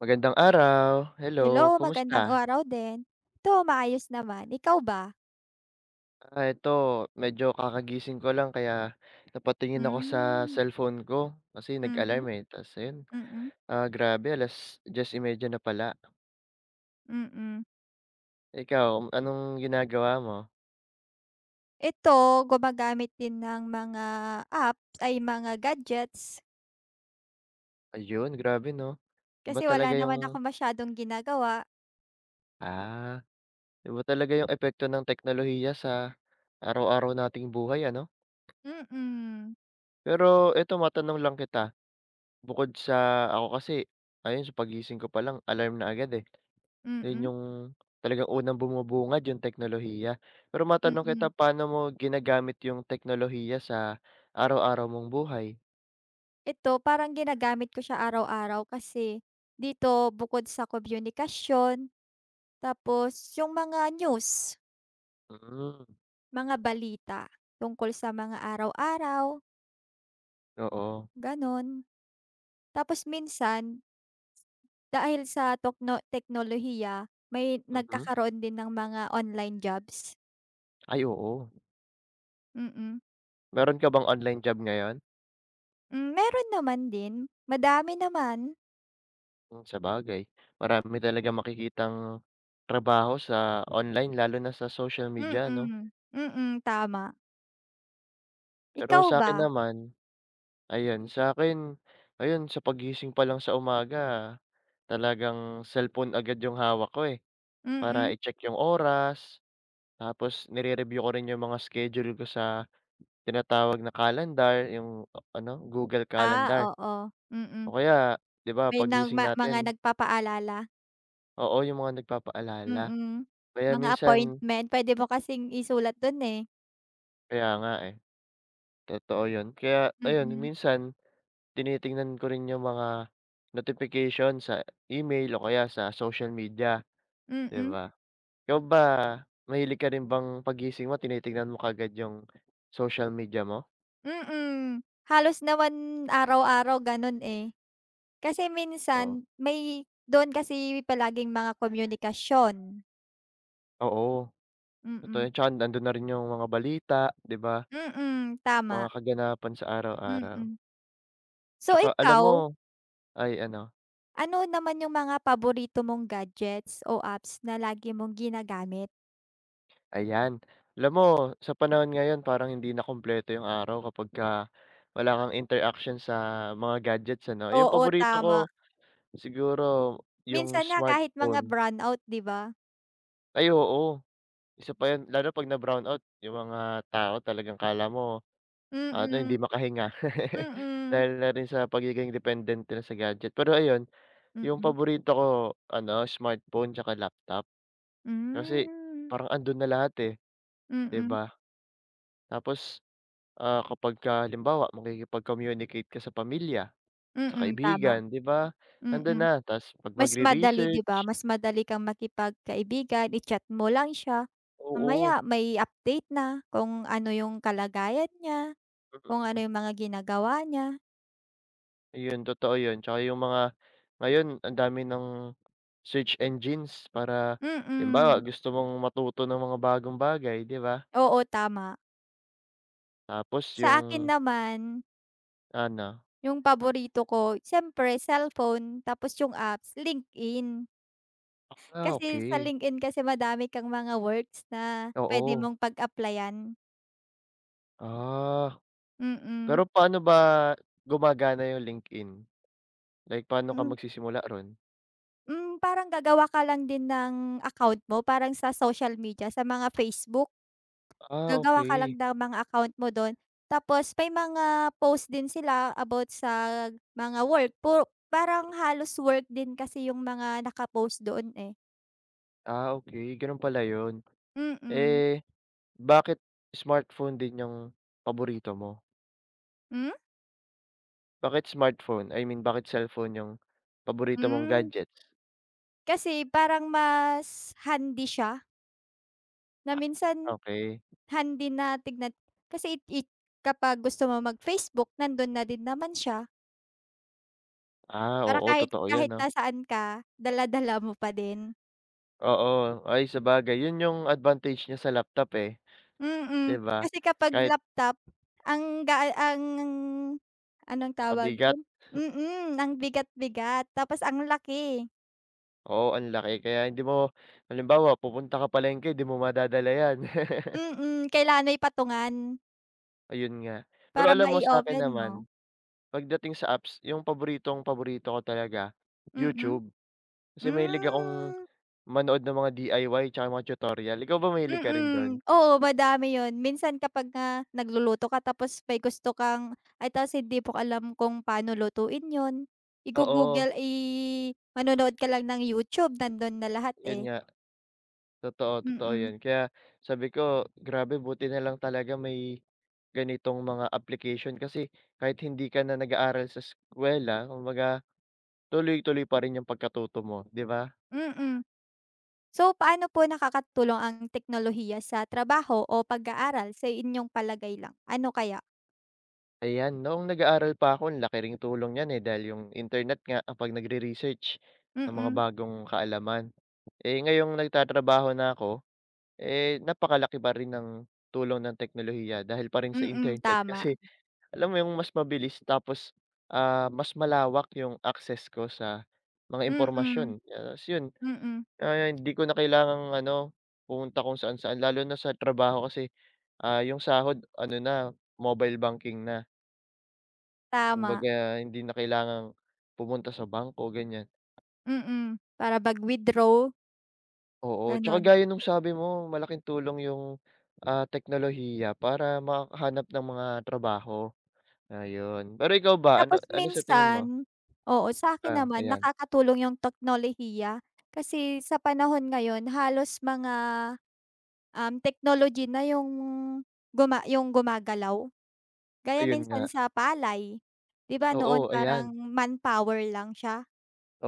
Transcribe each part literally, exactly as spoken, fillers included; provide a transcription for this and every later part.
Magandang araw, Hello, hello, magandang kumusta? araw din. Ito, maayos naman. Ikaw ba? Ah, ito, medyo kakagising ko lang kaya napatingin ako sa Hmm, cellphone ko kasi mhm, nag-alarm, eh, ta's ayun, mm, ah, grabe alas diyes y medya na pala. mm. Ikaw, anong ginagawa mo? Ito, gumagamit din ng mga apps, ay mga gadgets, Ayun, grabe 'no? Iba kasi wala talaga naman ako yung masyadong ginagawa. ah, iba talaga yung epekto ng teknolohiya sa araw-araw nating buhay ano? Mm, Pero eto matanong lang kita, bukod sa ako kasi ayun sa pagising ko pa lang alarm na agad, eh. Yun mm, yung talagang unang bumubungad yung teknolohiya. Pero matanong mm. kita, paano mo ginagamit yung teknolohiya sa araw-araw mong buhay? Ito, parang ginagamit ko siya araw-araw kasi dito bukod sa komunikasyon, tapos yung mga news, Hmm, mga balita tungkol sa mga araw-araw, oo. gano'n. Tapos minsan, dahil sa tokno teknolohiya, may Mhm. nagkakaroon din ng mga online jobs. Ay, oo. Mm. Meron ka bang online job ngayon? Hmm, meron naman din, madami naman. Hmm, sabagay. Marami talagang makikitang trabaho sa online lalo na sa social media 'no? Mm, mm, tama. Pero Ikaw sa ba? akin naman, ayun, sa akin ayun sa pagising pa lang sa umaga talagang cellphone agad yung hawak ko, eh, Mm. para i-check yung oras. Tapos nire-review ko rin yung mga schedule ko sa tinatawag na calendar, yung o- ano, Google Ah, Calendar. oo. Mm. O kaya, 'di ba, May pagising nagma mga natin, nagpapaalala? oo, yung mga nagpapaalala. Mm. Kaya Mga minsan appointment, puwede mo kasing isulat don eh. kaya nga, eh, totoo yun. Kaya ayun, Mm, minsan tinitingnan ko rin yung mga notification sa email o kaya sa social media, mm, 'di mm. ba? Ikaw ba, mahilig ka rin bang pagising mo tinitingnan mo kaagad yung social media mo? Mm, halos naman araw-araw ganon eh. Kasi Oo, minsan may doon kasi palaging mga komunikasyon, oo. Totoo mm. yan, tsaka nandun na rin yung mga balita, 'di ba? Mm, tama, Mga kaganapan sa araw-araw. mm. So Tsaka alam mo, ikaw, ay ano, ano naman yung mga paborito mong gadgets o apps na lagi mong ginagamit? ayan. Alam mo sa panahon ngayon parang hindi na kumpleto yung araw kapagka wala kang interaction sa mga gadgets, ano. Yung Oo, paborito ko tama. siguro yung Minsan nga kahit mga smartphone. brownout, 'di ba? Ay oo, isa pa yun lalo 'pag na-brownout yung mga tao talagang akala mo Mm, ano, hindi mm, makahinga mm, dahil na rin sa pagiging dependent nila sa gadget. Pero ayun, yung mm. paborito ko, ano, smartphone tsaka laptop. Kasi Hmm, parang andun na lahat, eh, 'di mm, ba? Tapos, ah, kapagka halimbawa makikipag-communicate ka sa pamilya, sa mm, tama, kaibigan, 'di ba? Andun mm. na. Ta's 'pag Mas madali, 'di magre-research, ba? Mas madali kang makipagkaibigan, i-chat mo lang siya, oo, mamaya may update na kung ano yung kalagayan niya, kung ano mm. yung mga ginagawa niya. Ayun, totoo yun. Tsaka yung mga ngayon ang dami ng search engines para Mm, halimbawa gusto mong matuto ng mga bagong bagay, 'di ba? oo, tama. Tapos Sa yung akin naman, ano, yung paborito ko siyempre cellphone tapos yung apps, LinkedIn. ah, Kasi sa okey. LinkedIn kasi madami kang mga works na pwede Oo. mong pag-applyan. Ah. Mm. Pero paano ba gumagana yung LinkedIn? Like paano ka magsisimula ro'n? Hmm, parang gagawa ka lang din ng account mo parang sa social media, sa mga Facebook, Ah, gagawa ka lang okey. ng mga account mo don. Tapos may mga post din sila about sa mga work, puro parang halos work din kasi yung mga naka-post doon, eh. Ah, okey gano'n pala yun. Mm. Eh, bakit smartphone din yung paborito mo? Hmm? Bakit smartphone? I mean bakit cellphone yung paborito mong Hmm, gadgets? kasi parang mas handy siya na Ah, minsan okey. handy na tignan, kasi it it kapag gusto mo mag-Facebook nandon na din naman siya. Ah, Para oo kahit totoo yan kahit 'no? nasaan ka, dala-dala mo pa din. Oo, ay sabagay yun yung advantage niya sa laptop, eh, Mm, 'di ba? kasi kapag Kahit laptop, ang gaan, ang anong tawag mabigat, dun? Mm, ang bigat-bigat tapos ang laki. oo ang laki kaya hindi mo halimbawa pupunta ka palengke di mo madadala yan. Mm, kailangan may patungan Ayun nga. Pero para alam mo sa akin mai-open mo. naman, pagdating sa apps, yung paboritong-paborito ko talaga, Mm. YouTube. Kasi mahilig akong Hmm. manood ng mga D I Y tsaka mga tutorial. Ikaw ba mahilig ka rin dun? Mm, oo, madami 'yun. Minsan kapag nga nagluluto ka tapos may gusto kang ay tapos hindi mo alam kung paano lutuin 'yun, Oo, igo-Google, i manonood ka lang ng YouTube, nandon na lahat, yun eh. nga. Totoo, totoo Mm, yun. Kaya sabi ko, grabe buti na lang talaga may ganitong mga application kasi kahit hindi ka na nag-aaral sa eskuwela, kumbaga tuloy-tuloy pa rin yung pagkatuto mo, 'di ba? mm. So, paano po nakakatulong ang teknolohiya sa trabaho o pag-aaral sa inyong palagay lang? Ano kaya? Ayan, noong nag-aaral pa ako ang laki ring tulong niyan, eh, dahil yung internet nga kapag nagre-research ng mga Mm, bagong kaalaman. Eh, ngayong nagtatrabaho na ako, eh, napakalaki pa rin ng tulong ng teknolohiya dahil pa rin sa mm, internet tama. kasi alam mo yung mas mabilis tapos, ah, mas malawak yung access ko sa mga Mm, impormasyon. Ah, ta's yun, mm, ah, hindi ko na kailangang ano, pumunta kung saan-saan lalo na sa trabaho kasi, ah, yung sahod ano na, mobile banking na. tama. Kumbaga hindi na kailangang pumunta sa bangko, ganyan. Mm, para mag-withdraw, Oo, tsaka gano'n. gaya nung sabi mo malaking tulong yung, ah, teknolohiya para makahanap ng mga trabaho, ayun. Pero ikaw ba, ano Tapos ano sa tingin mo? minsan oo, sa'kin Ah, naman ayan, nakakatulong yung teknolohiya. Kasi sa panahon ngayon halos mga, um, technology na yung guma yung gumagalaw. Gaya ayun nga. minsan sa palay, 'di ba noon Oo, parang ayan, manpower lang siya,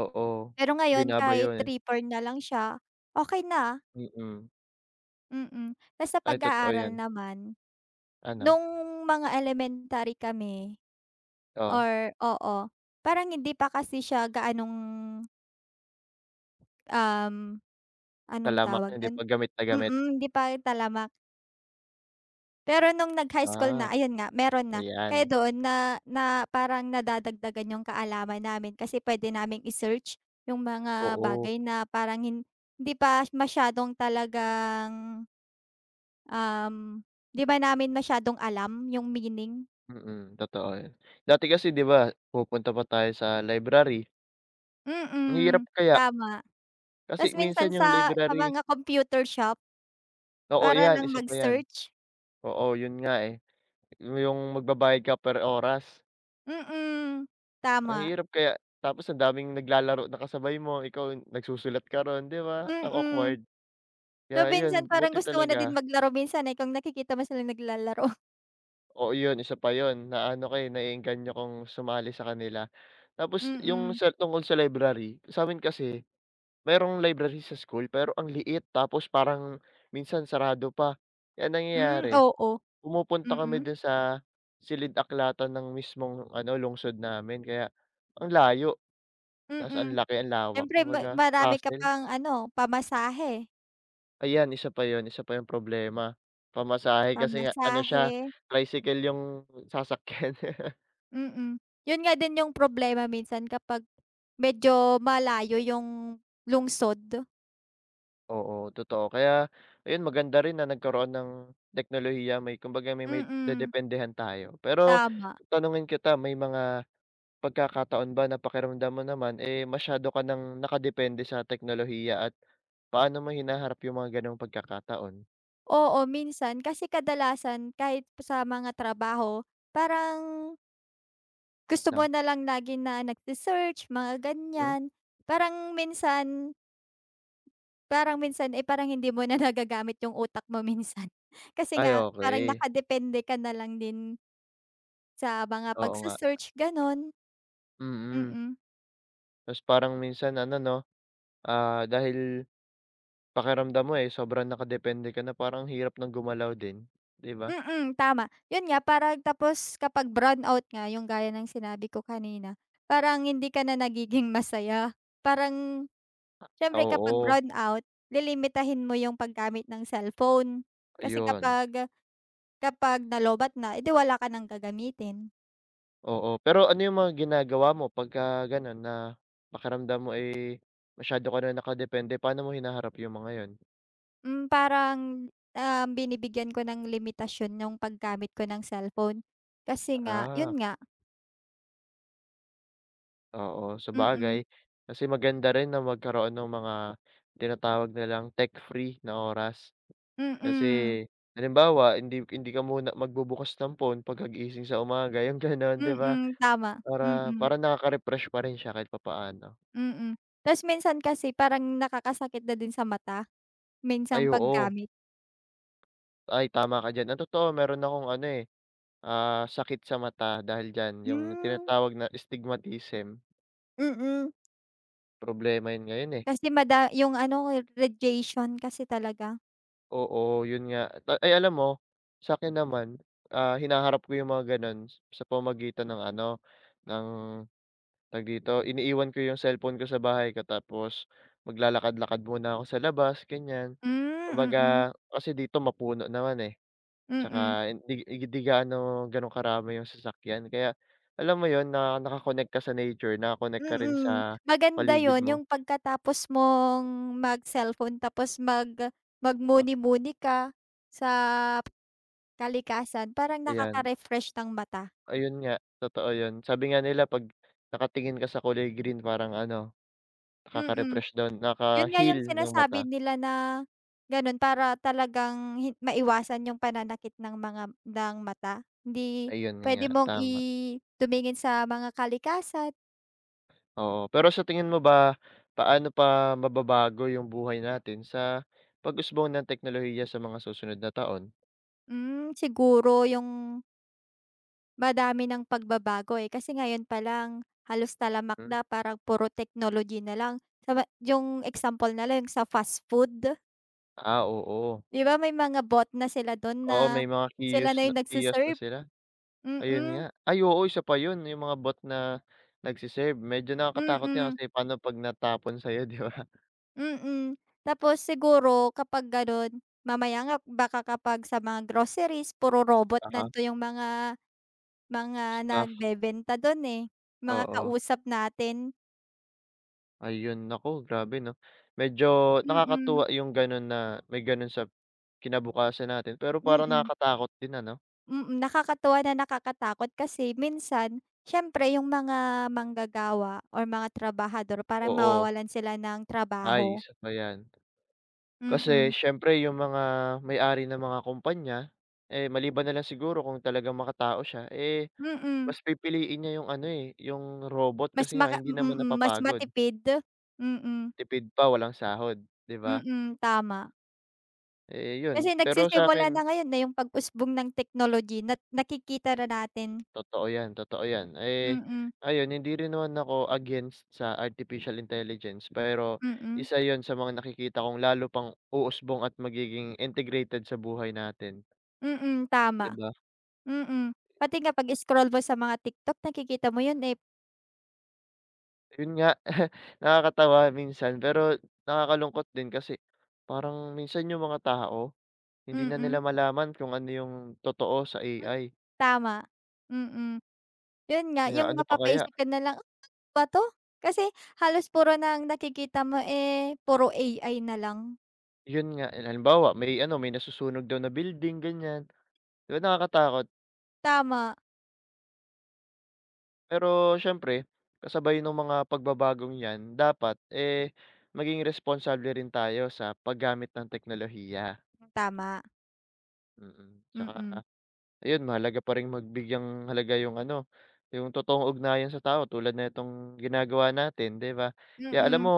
oo. pero ngayon Binabayo, kahit eh, reaper na lang siya, okey na, mm. mm. Tas sa Ay totoo pag-aaral 'yan. naman, Ano? nung mga elementary kami. Oh, Or oo, parang hindi pa kasi siya gaanong, um, anong talamak tawag hindi do'n? pa gamit na gamit. Mm, hindi pa talamak. Pero nung nag-high school Ah, na, ayun nga, meron na. Kaya ayan. doon na na parang nadadagdagan yung kaalaman namin, kasi puwede naming i-search yung mga Oo, bagay na parang hin hindi pa masyadong talagang, um, 'di ba namin masyadong alam yung meaning? mm, totoo 'yan. Dati kasi 'di ba pupunta pa tayo sa library. Ang Mm, hirap kaya, tama. kasi Ta's minsan minsan yung sa sa library, mga computer shop. oo Para 'yan, lang isa pa 'yan. mag-search? Oo, yun nga, eh, yung magbabayad ka per oras. Mm, Ang tama. hirap kaya tapos ang daming naglalaro na kasabay mo, ikaw nagsusulat ka ro'n, 'di ba? Ang Mm. awkward. So, Kaya yun, minsan parang buti gusto mo na din talaga maglaro minsan, eh, kung nakikita mo silang naglalaro. oo yun, isa pa yun, naano ko, eh, naengganyo kong sumali sa kanila. Tapos yung Mm. sa tungkol sa library, sa'min kasi mayroong library sa school pero ang liit tapos parang minsan sarado pa. Kaya ang Hmm, nangyayari oo, pumupunta kami mm, dun sa silid-aklatan ng mismong ano, lungsod namin kaya ang layo ta's mm. ang laki, ang lawak Siyempre ma kumbaga marami ka hassle. pang ano, pamasahe, Ayan, isa pa yun, isa pa yung problema, pamasahe kasi nga ano pamasahe. siya, tricycle yung sasakyan. Mm. Yun nga din yung problema minsan kapag medyo malayo yung lungsod. Oo, totoo kaya ayun maganda rin na nagkaroon ng teknolohiya may kumbaga may may Mm. dedependehan tayo. Pero Tama, tatanungin kita may mga pagkakataon ba na pakiramdam mo naman, eh, masyado ka ng nakadepende sa teknolohiya at paano mo hinaharap yung mga gano'ng pagkakataon, oo, minsan kasi kadalasan kahit sa mga trabaho, parang gusto mo na na lang lagi na nagse-search, mga hmm? ganyan. Parang minsan parang minsan, eh, parang hindi mo na nagagamit yung utak mo minsan. Kasi Ay nga parang okey, nakadepende ka na lang din sa mga oo nga, pagse-search, gano'n. mm. Mm. Ta's parang minsan ano 'no, ah, dahil pakiramdam mo, eh, sobrang nakadepende ka na parang hirap ng gumalaw din, 'di ba? Mm, tama. Yun nga, parang tapos kapag brownout nga, yung gaya ng sinabi ko kanina, parang hindi ka na nagiging masaya. Parang siyempre kapag Oo, brownout, lilimitahin mo yung paggamit ng cellphone. Kasi ayun, kapag Kapag nalobat na, eh, 'di wala ka nang gagamitin. oo. Pero ano yung mga ginagawa mo pagka gano'n na pakiramdam mo, eh, masyado ka na nakadepende, paano mo hinaharap yung mga yun? Hmm, parang, um, binibigyan ko ng limitasyon yung paggamit ko ng cellphone. Kasi nga, Ah. yun nga, Oo, mm, sabagay. Kasi maganda rin na magkaroon ng mga tinatawag nilang tech-free na oras. Kasi mm, halimbawa, hindi hindi ka muna magbubukas ng phone pagkagising sa umaga, yung gano'n, 'di ba? mm, tama, Para mm, para nakaka-refresh pa rin siya kahit papaano. mm. Ta's minsan kasi parang nakakasakit na din sa mata, Ay, minsang oo. paggamit. Ay, tama ka diyan. Ang totoo, meron akong ano, eh, ah, sakit sa mata dahil diyan, Hmm, yung mm. tinatawag na astigmatism. Mm-mm. Problema yun ngayon, eh. Kasi mada yung ano, radiation kasi talaga. Oo, yun nga. Ta- Ay, alam mo, sa sa'kin naman, ah, hinaharap ko yung mga gano'n sa pamamagitan ng ano, ng tawag dito, iniiwan ko yung cellphone ko sa bahay ko tapos maglalakad-lakad muna ako sa labas, ganyan. Hmm, mm, Kumbaga, kasi dito mapuno naman, eh, mm. tsaka hindi hindi gaano gano'n karami yung sasakyan kaya alam mo yun, na naka ka sa nature, naka-connect ka rin Mm, sa maganda paligid yon mo, yung pagkatapos mong mag-cellphone tapos mag ah, magmuni-muni ka sa kalikasan, parang ayan. nakaka-refresh ng mata, Ayun nga, totoo yun. Sabi nga nila 'pag nakatingin ka sa kulay green parang ano, mm. nakaka-refresh daw, 'Yun nga naka-heal yung ng sinasabi mata. nila na gano'n para talagang hin maiwasan yung pananakit ng mga ng mata, hindi Ayun nga, puwede mong i tama, tumingin sa mga kalikasan. oo. Pero sa tingin mo ba, paano pa mababago yung buhay natin sa pag-usbong ng teknolohiya sa mga susunod na taon? Hmm, siguro yung madami ng pagbabago, eh, kasi ngayon pa lang halos talamak Hmm, na parang puro technology na lang. Sama yung example na lang yung sa fast food, ah, oo. 'di ba may mga bot na sila dun Oo, na may mga sila ki-use na na yung nagse kiosk na sila, mm, ayun nga. mm, Ay oo, isa pa yun, yung mga bot na nagse-serve. Medyo mm, nakakatakot nga mm. kasi paano 'pag natapon sa'yo, 'di ba? Mm, mm. Tapos siguro kapag gano'n, mamaya nga baka kapag sa mga groceries puro robot Oo, nanto yung mga mga staff, nagbebenta dun, eh, mga oo. kausap natin, Ayun, naku grabe 'no. Medyo mm, mm, nakakatuwa yung gano'n na may gano'n sa kinabukasan natin, pero mm, parang mm. nakakatakot din ano? Mm, nakakatuwa na nakakatakot kasi minsan siyempre yung mga manggagawa or mga trabahador parang Oo. mawawalan sila ng Ay, trabaho. isa pa 'yan. Kasi Mm, siyempre yung mga may-ari ng mga kumpanya, eh, maliban na lang siguro kung talagang makatao siya, eh, mm. mas pipiliin niya yung ano, eh, yung robot Mas kasi nga maka hindi naman mm, mas napapagod, matipid. Mm, tipid pa walang sahod, 'di ba? mm, tama. Eh, yun. Kasi Pero sa nagsisimula akin na ngayon na yung pag-usbong ng technology na nakikita na natin. totoo yan, totoo Mm. yan. Eh, Mm, ayun hindi rin naman ako against sa artificial intelligence, pero mm, isa yon sa mga nakikita kong lalo pang uusbong at magiging integrated sa buhay natin, mm, 'di tama. ba? Mm, pati nga pag-scroll mo sa mga TikTok, nakikita mo yun, eh. Yun nga, nakakatawa minsan pero nakakalungkot din kasi parang minsan yung mga tao hindi na Mm, nila malaman kung ano yung totoo sa hmm, A I. tama. Mm. Yun nga, Kaya yung ano pa kaya? mapapaisip ka na lang, "Ah, ano ba 'to?" Kasi halos puro ng nakikita mo, eh, puro A I na lang. Yun nga, eh, halimbawa may ano, may nasusunog daw na building, ganyan. 'Di ba nakakatakot? Tama, Pero siyempre, kasabay nung mga pagbabagong 'yan dapat, eh, maging responsable rin tayo sa paggamit ng teknolohiya, tama, mm. mm, Tsaka ayun, mahalaga pa ring magbigyang halaga yung ano, yung totoong ugnayan sa tao tulad nitong ginagawa natin, 'di ba? Kaya alam mm. mo,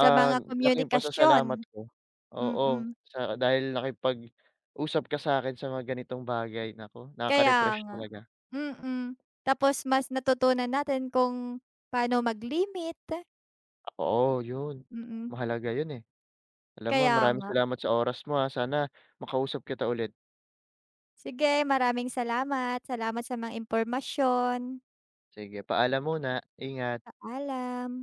Sa mga laking pasasalamat komunikasyon, ko, oo, mm, sa dahil nakipag-usap ka sa'kin sa mga ganitong bagay, naku, kaya nakaka-refresh nga. talaga. Mm, tapos mas natutunan natin kung paano mag-limit, Oo, yun. mm, Mahalaga yun, eh. Alam mo kaya maraming nga. salamat sa oras mo, ah, sana makausap kita ulit. Sige, maraming salamat. Salamat sa mga impormasyon. Sige, paalam muna, ingat. Paalam.